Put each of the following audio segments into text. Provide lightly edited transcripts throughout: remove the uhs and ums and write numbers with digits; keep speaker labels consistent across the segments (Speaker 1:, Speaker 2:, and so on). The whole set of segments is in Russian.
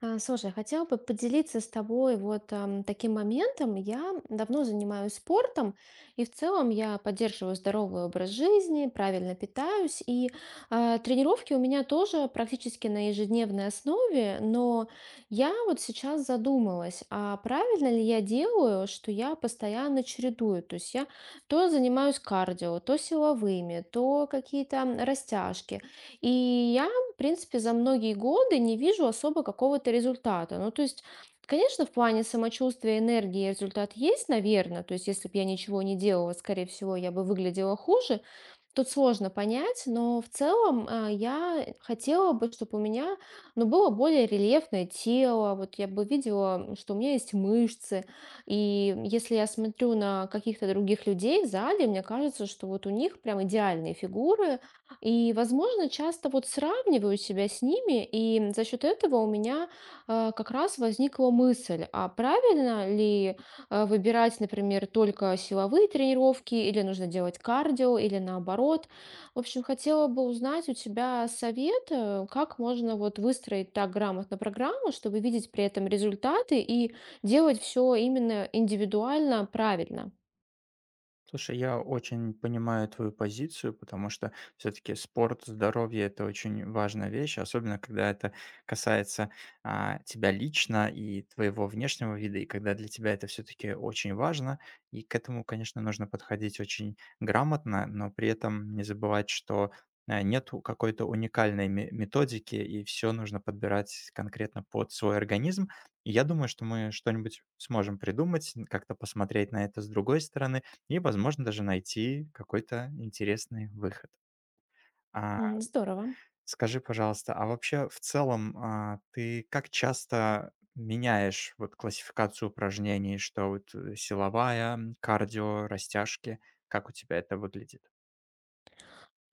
Speaker 1: Слушай, хотела бы поделиться с тобой вот таким моментом. Я давно занимаюсь спортом, и в целом я поддерживаю здоровый образ жизни, правильно питаюсь, и тренировки у меня тоже практически на ежедневной основе. Но я вот сейчас задумалась, а правильно ли я делаю, что я постоянно чередую? То есть я то занимаюсь кардио, то силовыми, то какие-то растяжки. И в принципе, за многие годы не вижу особо какого-то результата. Ну, то есть, конечно, в плане самочувствия, энергии результат есть, наверное. То есть, если бы я ничего не делала, скорее всего, я бы выглядела хуже. Тут сложно понять, но в целом, я хотела бы, чтобы у меня, ну, было более рельефное тело. Вот я бы видела, что у меня есть мышцы. И если я смотрю на каких-то других людей в зале, мне кажется, что вот у них прям идеальные фигуры. И, возможно, часто вот сравниваю себя с ними, и за счет этого у меня, как раз возникла мысль, а правильно ли выбирать, например, только силовые тренировки, или нужно делать кардио, или наоборот. В общем, хотела бы узнать у тебя совет, как можно вот выстроить так грамотно программу, чтобы видеть при этом результаты и делать все именно индивидуально, правильно.
Speaker 2: Слушай, я очень понимаю твою позицию, потому что все-таки спорт, здоровье — это очень важная вещь, особенно когда это касается тебя лично и твоего внешнего вида, и когда для тебя это все-таки очень важно. И к этому, конечно, нужно подходить очень грамотно, но при этом не забывать, что нету какой-то уникальной методики, и все нужно подбирать конкретно под свой организм. И я думаю, что мы что-нибудь сможем придумать, как-то посмотреть на это с другой стороны, и, возможно, даже найти какой-то интересный выход. А,
Speaker 1: Здорово.
Speaker 2: Скажи, пожалуйста, а вообще в целом, ты как часто меняешь вот классификацию упражнений, что вот, силовая, кардио, растяжки? Как у тебя это выглядит?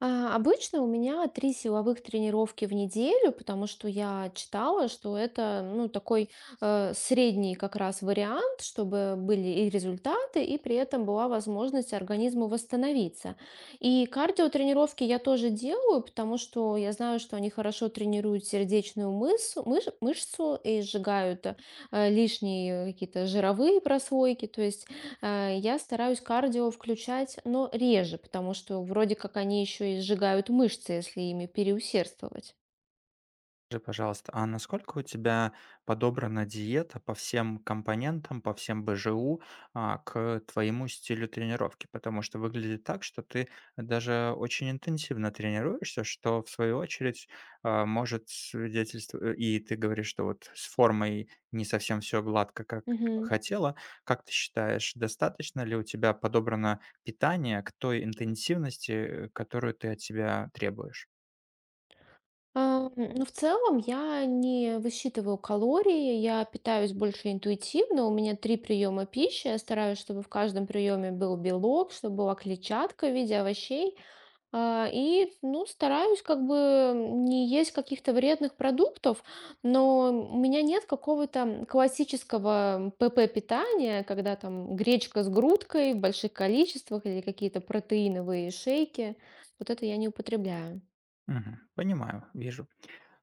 Speaker 1: Обычно у меня 3 силовых тренировки в неделю, потому что я читала, что это, ну, такой, средний как раз вариант, чтобы были и результаты, и при этом была возможность организму восстановиться. И кардиотренировки я тоже делаю, потому что я знаю, что они хорошо тренируют сердечную мышцу, мышцу и сжигают лишние какие-то жировые прослойки. То есть я стараюсь кардио включать, но реже, потому что вроде как они еще и сжигают мышцы, если ими переусердствовать.
Speaker 2: Скажи, пожалуйста, а насколько у тебя подобрана диета по всем компонентам, по всем БЖУ, к твоему стилю тренировки? Потому что выглядит так, что ты даже очень интенсивно тренируешься, что в свою очередь может свидетельствовать, и ты говоришь, что вот с формой не совсем все гладко, как ты бы
Speaker 1: Мгм.
Speaker 2: хотела. Как ты считаешь, достаточно ли у тебя подобрано питание к той интенсивности, которую ты от себя требуешь?
Speaker 1: Ну, в целом я не высчитываю калории, я питаюсь больше интуитивно. У меня три приема пищи. Я стараюсь, чтобы в каждом приеме был белок, чтобы была клетчатка в виде овощей. И, ну, стараюсь как бы не есть каких-то вредных продуктов, но у меня нет какого-то классического ПП-питания, когда там гречка с грудкой в больших количествах или какие-то протеиновые шейки. Вот это я не употребляю.
Speaker 2: Мгм, понимаю, вижу.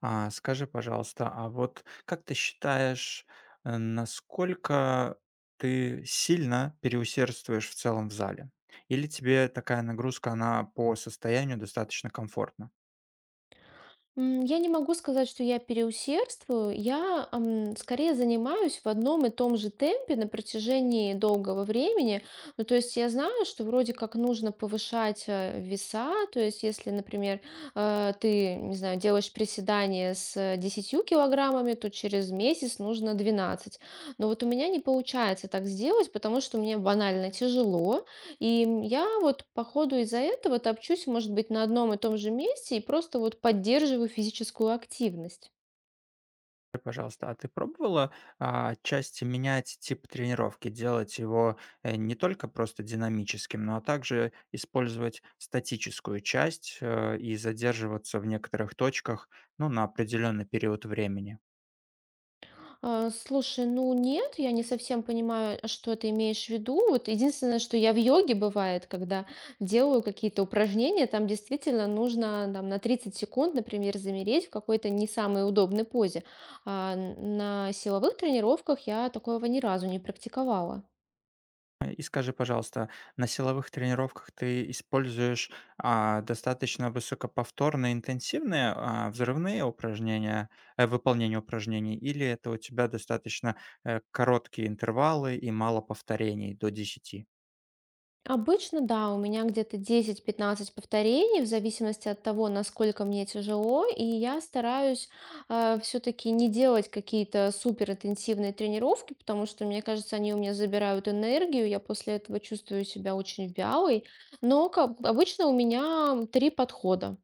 Speaker 2: А скажи, пожалуйста, а вот как ты считаешь, насколько ты сильно переусердствуешь в целом в зале? Или тебе такая нагрузка, она по состоянию достаточно комфортна?
Speaker 1: Я не могу сказать, что я переусердствую. Я скорее занимаюсь в одном и том же темпе на протяжении долгого времени. Ну, то есть я знаю, что вроде как нужно повышать веса. То есть если, например, ты, не знаю, делаешь приседание с 10 килограммами, то через месяц нужно 12. Но вот у меня не получается так сделать, потому что мне банально тяжело. И я вот по ходу из-за этого топчусь, может быть, на одном и том же месте и просто вот поддерживаю физическую активность.
Speaker 2: Скажи, пожалуйста, а ты пробовала отчасти менять тип тренировки, делать его не только просто динамическим, но а также использовать статическую часть и задерживаться в некоторых точках, ну, на определенный период времени?
Speaker 1: Слушай, ну нет, я не совсем понимаю, а что ты имеешь в виду. Вот единственное, что я в йоге бывает, когда делаю какие-то упражнения, там действительно нужно там, на 30 секунд, например, замереть в какой-то не самой удобной позе. На силовых тренировках я такого ни разу не практиковала.
Speaker 2: И скажи, пожалуйста, на силовых тренировках ты используешь достаточно высокоповторные, интенсивные взрывные упражнения, выполнение упражнений, или это у тебя достаточно короткие интервалы и мало повторений до десяти?
Speaker 1: Обычно, да, у меня где-то 10-15 повторений, в зависимости от того, насколько мне тяжело, и я стараюсь все-таки не делать какие-то супер интенсивные тренировки, потому что, мне кажется, они у меня забирают энергию, я после этого чувствую себя очень вялой, но как, обычно у меня три подхода.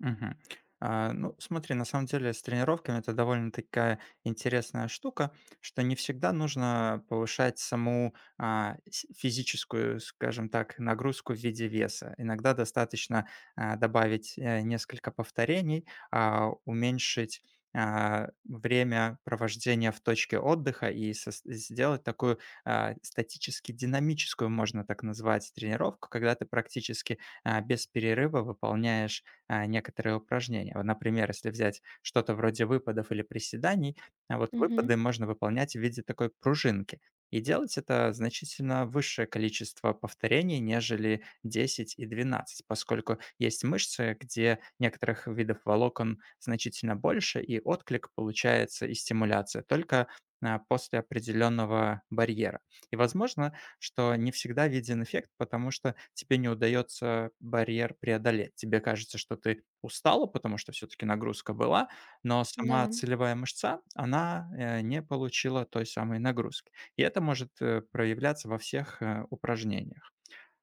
Speaker 2: Мгм. Ну, смотри, на самом деле с тренировками это довольно такая интересная штука, что не всегда нужно повышать саму физическую, скажем так, нагрузку в виде веса. Иногда достаточно добавить несколько повторений, уменьшить время провождения в точке отдыха и сделать такую статически динамическую, можно так назвать, тренировку, когда ты практически без перерыва выполняешь некоторые упражнения. Вот, например, если взять что-то вроде выпадов или приседаний, а вот
Speaker 1: Мгм.
Speaker 2: выпады можно выполнять в виде такой пружинки. И делать это значительно высшее количество повторений, нежели 10 и 12, поскольку есть мышцы, где некоторых видов волокон значительно больше, и отклик получается и стимуляция только после определенного барьера. И, возможно, что не всегда виден эффект, потому что тебе не удается барьер преодолеть. Тебе кажется, что ты устала, потому что все-таки нагрузка была, но сама
Speaker 1: Да.
Speaker 2: целевая мышца, она не получила той самой нагрузки. И это может проявляться во всех упражнениях.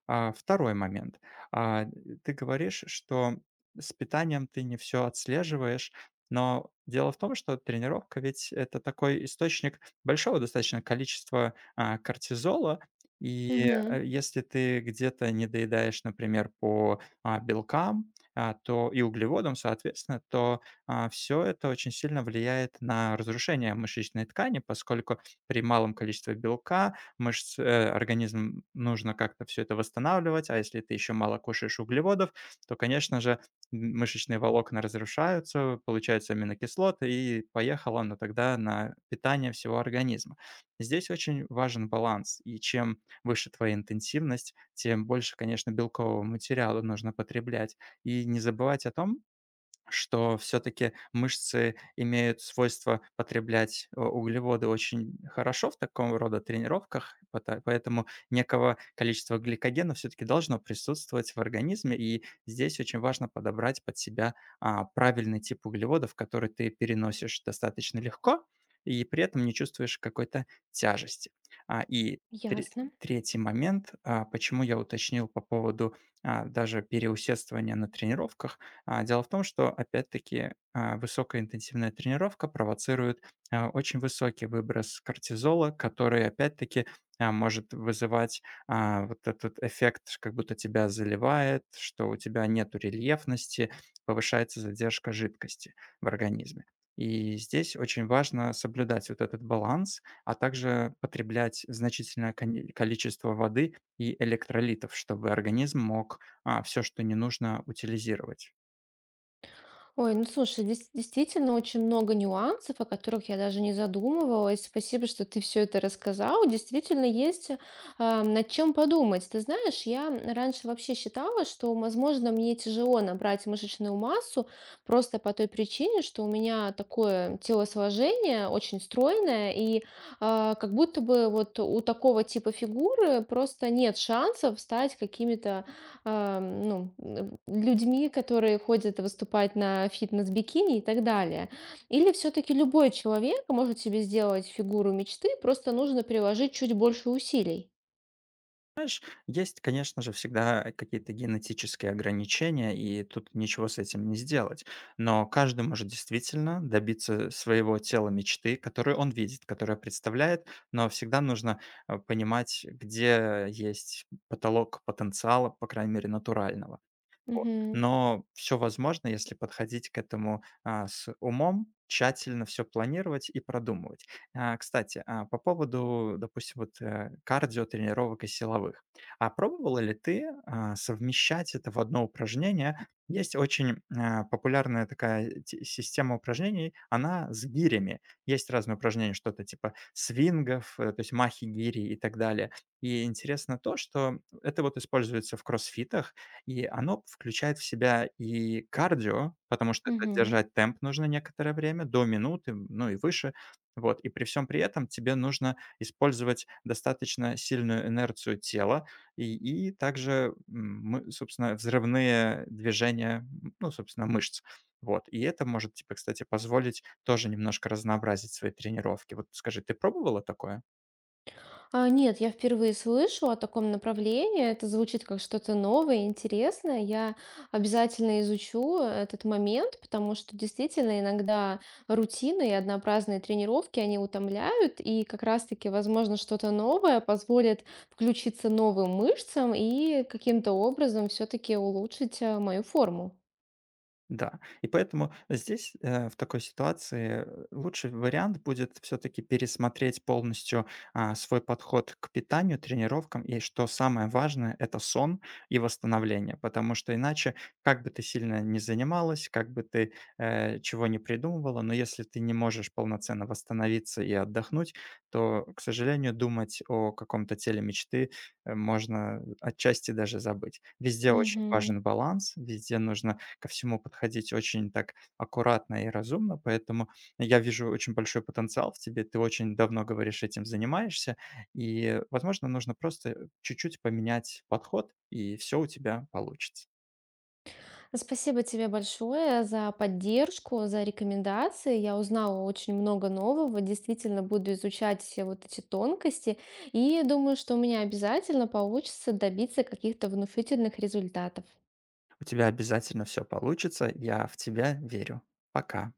Speaker 2: Второй момент. А, Ты говоришь, что с питанием ты не все отслеживаешь, но дело в том, что тренировка ведь — это такой источник большого достаточно количества, кортизола. И,
Speaker 1: Мгм.
Speaker 2: если ты где-то недоедаешь, например, по, белкам, то и углеводам, соответственно, то, все это очень сильно влияет на разрушение мышечной ткани, поскольку при малом количестве белка мышц, э, организм нужно как-то все это восстанавливать, а если ты еще мало кушаешь углеводов, то, конечно же, мышечные волокна разрушаются, получаются аминокислоты, и поехало оно тогда на питание всего организма. Здесь очень важен баланс, и чем выше твоя интенсивность, тем больше, конечно, белкового материала нужно потреблять. И не забывать о том, что все таки мышцы имеют свойство потреблять, углеводы очень хорошо в таком рода тренировках, пота поэтому некого количества гликогена все таки должно присутствовать в организме. И здесь очень важно подобрать под себя, правильный тип углеводов, который ты переносишь достаточно легко и при этом не чувствуешь какой-то тяжести. А, и тре
Speaker 1: Ясно.
Speaker 2: Третий момент, почему я уточнил по поводу, даже переусердствования на тренировках. Дело в том, что, опять-таки, высокая интенсивная тренировка провоцирует очень высокий выброс кортизола, который, опять-таки, может вызывать вот этот эффект, как будто тебя заливает, что у тебя нет рельефности, повышается задержка жидкости в организме. И здесь очень важно соблюдать вот этот баланс, а также потреблять значительное количество воды и электролитов, чтобы организм мог все, что не нужно, утилизировать.
Speaker 1: Ой, ну слушай, действительно очень много нюансов, о которых я даже не задумывалась. Спасибо, что ты все это рассказал. Действительно есть над чем подумать. Ты знаешь, я раньше вообще считала, что, возможно, мне тяжело набрать мышечную массу просто по той причине, что у меня такое телосложение очень стройное, и как будто бы вот у такого типа фигуры просто нет шансов стать какими-то ну, людьми, которые ходят выступать на фитнес-бикини и так далее. Или все-таки любой человек может себе сделать фигуру мечты, просто нужно приложить чуть больше усилий.
Speaker 2: Есть, конечно же, всегда какие-то генетические ограничения, и тут ничего с этим не сделать. Но каждый может действительно добиться своего тела мечты, которую он видит, которая представляет, но всегда нужно понимать, где есть потолок потенциала, по крайней мере, натурального. Вот.
Speaker 1: Мгм.
Speaker 2: Но все возможно, если подходить к этому, с умом, тщательно все планировать и продумывать. Кстати, по поводу, допустим, вот, кардиотренировок и силовых. А пробовала ли ты, совмещать это в одно упражнение? Есть очень, популярная такая те система упражнений, она с гирями. Есть разные упражнения, что-то типа свингов, то есть махи гири и так далее. И интересно то, что это вот используется в кроссфитах, и оно включает в себя и кардио, потому что это
Speaker 1: Мгм.
Speaker 2: держать темп нужно некоторое время, до минуты, ну и выше. Вот, и при всем при этом тебе нужно использовать достаточно сильную инерцию тела и, и также, собственно, взрывные движения, ну, собственно, мышц. Вот, и это может тебе, кстати, позволить тоже немножко разнообразить свои тренировки. Вот скажи, ты пробовала такое?
Speaker 1: Нет, я впервые слышу о таком направлении. Это звучит как что-то новое, интересное. Я обязательно изучу этот момент, потому что действительно иногда рутины и однообразные тренировки, они утомляют, и как раз-таки, возможно, что-то новое позволит включиться новым мышцам и каким-то образом все-таки улучшить мою форму.
Speaker 2: Да, и поэтому здесь, в такой ситуации, лучший вариант будет все-таки пересмотреть полностью свой подход к питанию, тренировкам, и что самое важное, это сон и восстановление, потому что иначе, как бы ты сильно не занималась, как бы ты чего не придумывала, но если ты не можешь полноценно восстановиться и отдохнуть, то, к сожалению, думать о каком-то теле мечты можно отчасти даже забыть. Везде очень
Speaker 1: Мгм.
Speaker 2: важен баланс, везде нужно ко всему подходить очень так аккуратно и разумно, поэтому я вижу очень большой потенциал в тебе. Ты очень давно, говоришь, этим занимаешься, и, возможно, нужно просто чуть-чуть поменять подход, и все у тебя получится.
Speaker 1: Спасибо тебе большое за поддержку, за рекомендации. Я узнала очень много нового. Действительно, буду изучать все вот эти тонкости. И думаю, что у меня обязательно получится добиться каких-то внушительных результатов.
Speaker 2: У тебя обязательно все получится, я в тебя верю. Пока.